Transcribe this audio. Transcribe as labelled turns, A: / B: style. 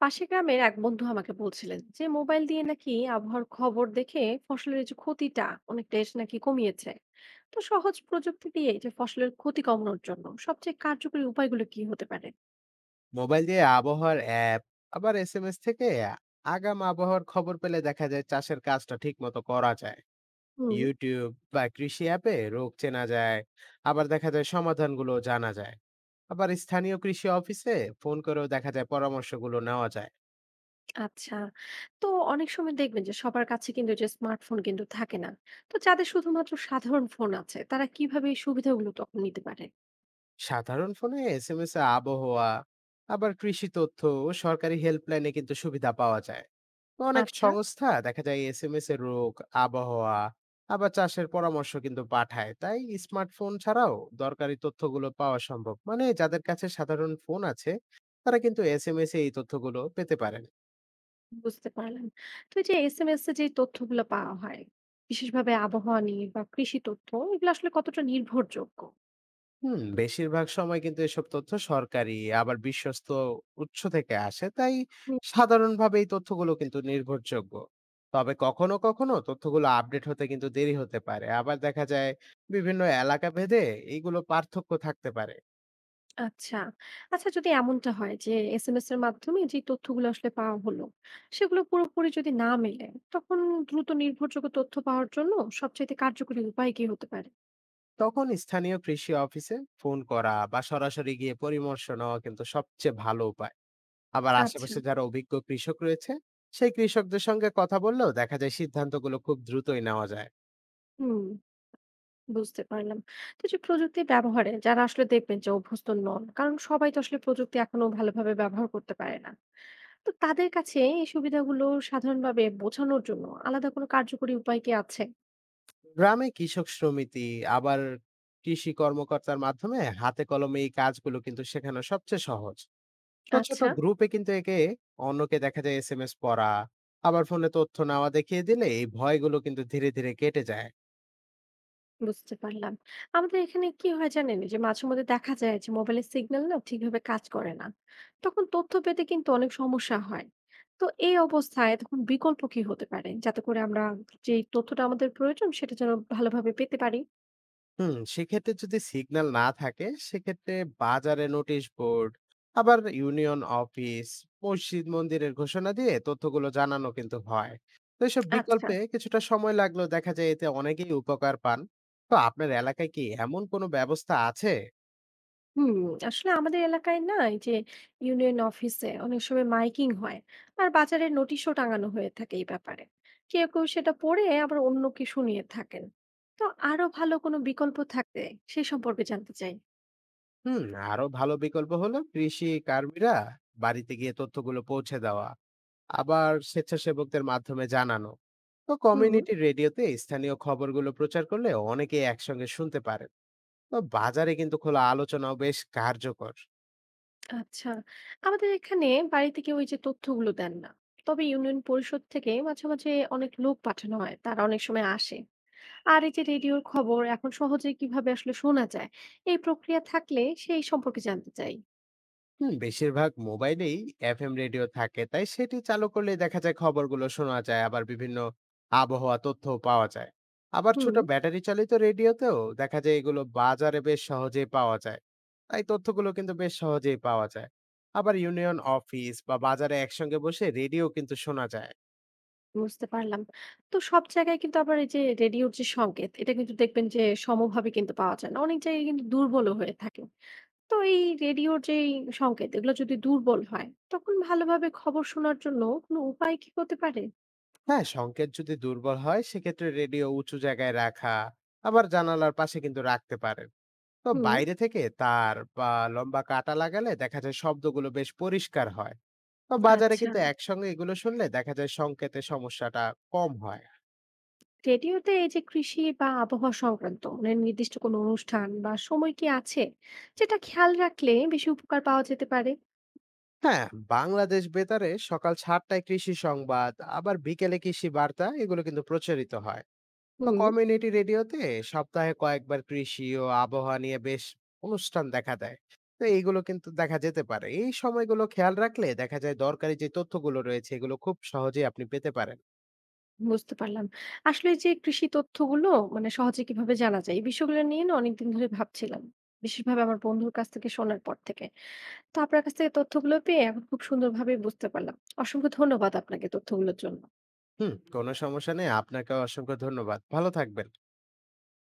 A: পাশের গ্রামের এক বন্ধু আমাকে বলছিলেন যে মোবাইল দিয়ে নাকি আবহাওয়ার খবর দেখে ফসলের যে ক্ষতিটা অনেকটা এসে নাকি কমিয়েছে। তো সহজ প্রযুক্তি দিয়ে যে ফসলের ক্ষতি কমানোর জন্য সবচেয়ে কার্যকরী উপায়গুলো কি হতে পারে?
B: মোবাইল দিয়ে আবহাওয়ার অ্যাপ, আবার এসএমএস থেকে আগাম আবহাওয়ার খবর পেলে দেখা যায় চাষের কাজটা ঠিক মতো করা যায়।
A: হুম।
B: ইউটিউব বা কৃষি অ্যাপে রোগ চেনা যায়, আবার দেখা যায় সমাধানগুলো জানা যায়। আবার স্থানীয় কৃষি অফিসে ফোন করেও দেখা যায় পরামর্শগুলো নেওয়া যায়।
A: আচ্ছা। তো অনেক সময় দেখবেন যে সবার কাছে কিন্তু যে স্মার্টফোন কিন্তু থাকে না। তো যাদের শুধুমাত্র সাধারণ ফোন আছে তারা কিভাবে এই সুবিধাগুলো তখন নিতে পারে?
B: সাধারণ ফোনে এসএমএস এ আবহাওয়া, আবার কৃষি তথ্য ও সরকারি হেল্পলাইনে কিন্তু সুবিধা পাওয়া যায়। অনেক
A: আচ্ছা।
B: সংস্থা দেখা যায় এসএমএস এর রোগ, আবহাওয়া, আবার চাষের পরামর্শ কিন্তু পাঠায়। তাই স্মার্টফোন ছাড়াও দরকারি তথ্যগুলো পাওয়া সম্ভব, মানে যাদের কাছে সাধারণ ফোন আছে তারা কিন্তু এসএমএস এ এই তথ্যগুলো পেতে পারেন।
A: বুঝতে পারলাম। তো এই যে এসএমএস এ যে তথ্যগুলো পাওয়া হয় বিশেষভাবে আবহাওয়া নিয়ে বা কৃষি তথ্য, এগুলো আসলে কতটা নির্ভরযোগ্য?
B: হুম, বেশিরভাগ সময় কিন্তু এসব তথ্য সরকারি আবার বিশ্বস্ত উৎস থেকে আসে, তাই
A: হুম,
B: সাধারণভাবে এই তথ্যগুলো কিন্তু নির্ভরযোগ্য। তবে কখনো কখনো তথ্যগুলো আপডেট হতে কিন্তু দেরি হতে পারে, আবার দেখা যায় বিভিন্ন এলাকা ভেদে এইগুলো পার্থক্য থাকতে পারে।
A: আচ্ছা। আচ্ছা যদি এমনটা হয় যে এসএমএস এর মাধ্যমে যে তথ্যগুলো আসলে পাওয়া হলো সেগুলো পুরোপুরি যদি না মেলে, তখন দ্রুত নির্ভরযোগ্য তথ্য পাওয়ার জন্য সবচাইতে কার্যকরী উপায় কি হতে পারে?
B: তখন স্থানীয় কৃষি অফিসে ফোন করা বা সরাসরি গিয়ে পরামর্শ নেওয়া কিন্তু সবচেয়ে ভালো উপায়। আবার
A: আচ্ছা।
B: আশেপাশে যারা অভিজ্ঞ কৃষক রয়েছে, সেই কৃষকদের সঙ্গে কথা বললেও দেখা যায় সিদ্ধান্তগুলো খুব দ্রুতই নেওয়া যায়।
A: হুম। বুঝতে পারলাম। তো এই যে প্রযুক্তি ব্যবহারে যারা আসলে দেখবেন যে অভ্যস্ত নন, কারণ সবাই তো আসলে প্রযুক্তি এখনো ভালোভাবে ব্যবহার করতে পারে না। তো তাদের কাছে এই সুবিধাগুলো সাধারণভাবে বোঝানোর জন্য আলাদা কোনো কার্যকরী উপায় কি আছে?
B: গ্রামে কৃষক সমিতি, আবার কৃষি কর্মকর্তার মাধ্যমে হাতে কলমে এই কাজগুলো কিন্তু শেখানো সবচেয়ে সহজ। তো ছোট
A: আচ্ছা,
B: গ্রুপে কিন্তু একে অন্যকে দেখা যায় এস এম এস পড়া, আবার ফোনে তথ্য নেওয়া দেখিয়ে দিলে এই ভয়গুলো কিন্তু ধীরে ধীরে কেটে যায়।
A: বুঝতে পারলাম। আমাদের এখানে কি হয় জানেন? এই যে মাঝে মধ্যে দেখা যায় যে মোবাইলের সিগন্যাল না ঠিকভাবে কাজ করে না। তখন তথ্য পেতে কিন্তু অনেক সমস্যা হয়। তো এই অবস্থায় তখন বিকল্প কি হতে পারে? যাতে করে আমরা যেই তথ্যটা আমাদের প্রয়োজন সেটা যেন ভালোভাবে পেতে পারি?
B: হুম, সেক্ষেত্রে যদি সিগন্যাল না থাকে, সেক্ষেত্রে বাজারে নোটিশ বোর্ড, আবার ইউনিয়ন অফিস, মসজিদ মন্দিরের ঘোষণা দিয়ে তথ্যগুলো জানানো কিন্তু হয়। তো এসব
A: আচ্ছা।
B: বিকল্পে কিছুটা সময় লাগলো, দেখা যায় এতে অনেকেই উপকার পান। তো আপনার এলাকায় কি এমন কোনো ব্যবস্থা আছে?
A: হুম। আসলে আমাদের এলাকায় না এই যে ইউনিয়ন অফিসে অনেক সময় মাইকিং হয়, আর বাজারে নোটিশও টাঙানো হয়ে থাকে এই ব্যাপারে। কেউ কেউ সেটা পড়ে আবার অন্যকে শুনিয়ে থাকেন। তো আরো ভালো কোনো বিকল্প থাকলে সে সম্পর্কে জানতে চাই।
B: হুম, আরো ভালো বিকল্প হলো কৃষি কর্মীরা বাড়িতে গিয়ে তথ্যগুলো পৌঁছে দেওয়া, আবার স্বেচ্ছাসেবকদের মাধ্যমে জানানো। তো
A: হুম।
B: কমিউনিটি রেডিওতে স্থানীয় খবরগুলো প্রচার করলে অনেকেই একসঙ্গে শুনতে পারে। তো বাজারে কিন্তু খোলা আলোচনাও বেশ কার্যকর।
A: আচ্ছা। আমাদের এখানে বাড়ি থেকে ওই যে তথ্যগুলো দেন না, তবে ইউনিয়ন পরিষদ থেকে মাঝে মাঝে অনেক লোক পাঠানো হয়, তারা অনেক সময় আসে। আর এই যে রেডিওর খবর এখন সহজে কিভাবে আসলে শোনা যায়, এই প্রক্রিয়া থাকলে সেই সম্পর্কে জানতে চাই।
B: হুম, বেশিরভাগ মোবাইলেই এফএম রেডিও থাকে, তাই সেটি চালু করলে দেখা যায় খবরগুলো শোনা যায়, আবার বিভিন্ন আবহাওয়া তথ্য পাওয়া যায়। আবার
A: হুম।
B: ছোট ব্যাটারি চালিত রেডিওতেও দেখা যায় এগুলো বাজারে বেশ সহজেই পাওয়া যায়। তাই তথ্যগুলো কিন্তু বেশ সহজেই পাওয়া যায়। আবার ইউনিয়ন অফিস বা বাজারে একসঙ্গে বসে রেডিও কিন্তু শোনা যায়।
A: বুঝতে পারলাম। তো সব জায়গায় কিন্তু আবার এই যে রেডিওর যে সংকেত, এটা কিন্তু দেখবেন যে সমভাবে কিন্তু পাওয়া যায় না। অনেক জায়গায় কিন্তু দুর্বলও হয়ে থাকে। তো এই রেডিওর যেই সংকেত, এগুলো যদি দুর্বল হয়, তখন ভালোভাবে খবর শোনার জন্য কোনো উপায় কি হতে পারে?
B: হ্যাঁ, সংকেত যদি দুর্বল হয় সেক্ষেত্রে রেডিও উঁচু জায়গায় রাখা, আবার জানালার পাশে কিন্তু রাখতে পারে। তো
A: হুম,
B: বাইরে থেকে তার বা লম্বা কাটা লাগালে দেখা যায় শব্দগুলো বেশ পরিষ্কার হয়। তো বাজারে
A: আচ্ছা।
B: কিন্তু একসঙ্গে এগুলো শুনলে দেখা যায় সংকেতে সমস্যাটা কম হয়।
A: রেডিওতে এই যে কৃষি বা আবহাওয়া সংক্রান্ত মানে নির্দিষ্ট কোনো অনুষ্ঠান বা সময় কি আছে, যেটা খেয়াল রাখলে বেশি উপকার পাওয়া যেতে পারে?
B: হ্যাঁ, বাংলাদেশ বেতারে সকাল 7টায় কৃষি সংবাদ, আবার বিকেলে কৃষি বার্তা এগুলো কিন্তু প্রচারিত হয়। তো
A: হুম।
B: কমিউনিটি রেডিওতে সপ্তাহে কয়েকবার কৃষি ও আবহাওয়া নিয়ে বেশ অনুষ্ঠান দেখা দেয়। তো এইগুলো কিন্তু দেখা যেতে পারে, এই সময়গুলো খেয়াল রাখলে দেখা যায় দরকারি যে তথ্যগুলো রয়েছে এগুলো খুব সহজেই আপনি পেতে পারেন।
A: বুঝতে পারলাম। আসলে এই যে কৃষি তথ্যগুলো মানে সহজে কিভাবে জানা যায়? এই বিষয়গুলো নিয়ে না অনেকদিন ধরে ভাবছিলাম। বিশেষভাবে আমার বন্ধুর কাছ থেকে শোনার পর থেকে। তো আপনার কাছ থেকে তথ্যগুলো পেয়ে এখন খুব সুন্দরভাবে বুঝতে পারলাম। অসংখ্য ধন্যবাদ আপনাকে তথ্যগুলোর জন্য।
B: হুম, কোনো সমস্যা নেই। আপনাকেও অসংখ্য ধন্যবাদ। ভালো থাকবেন।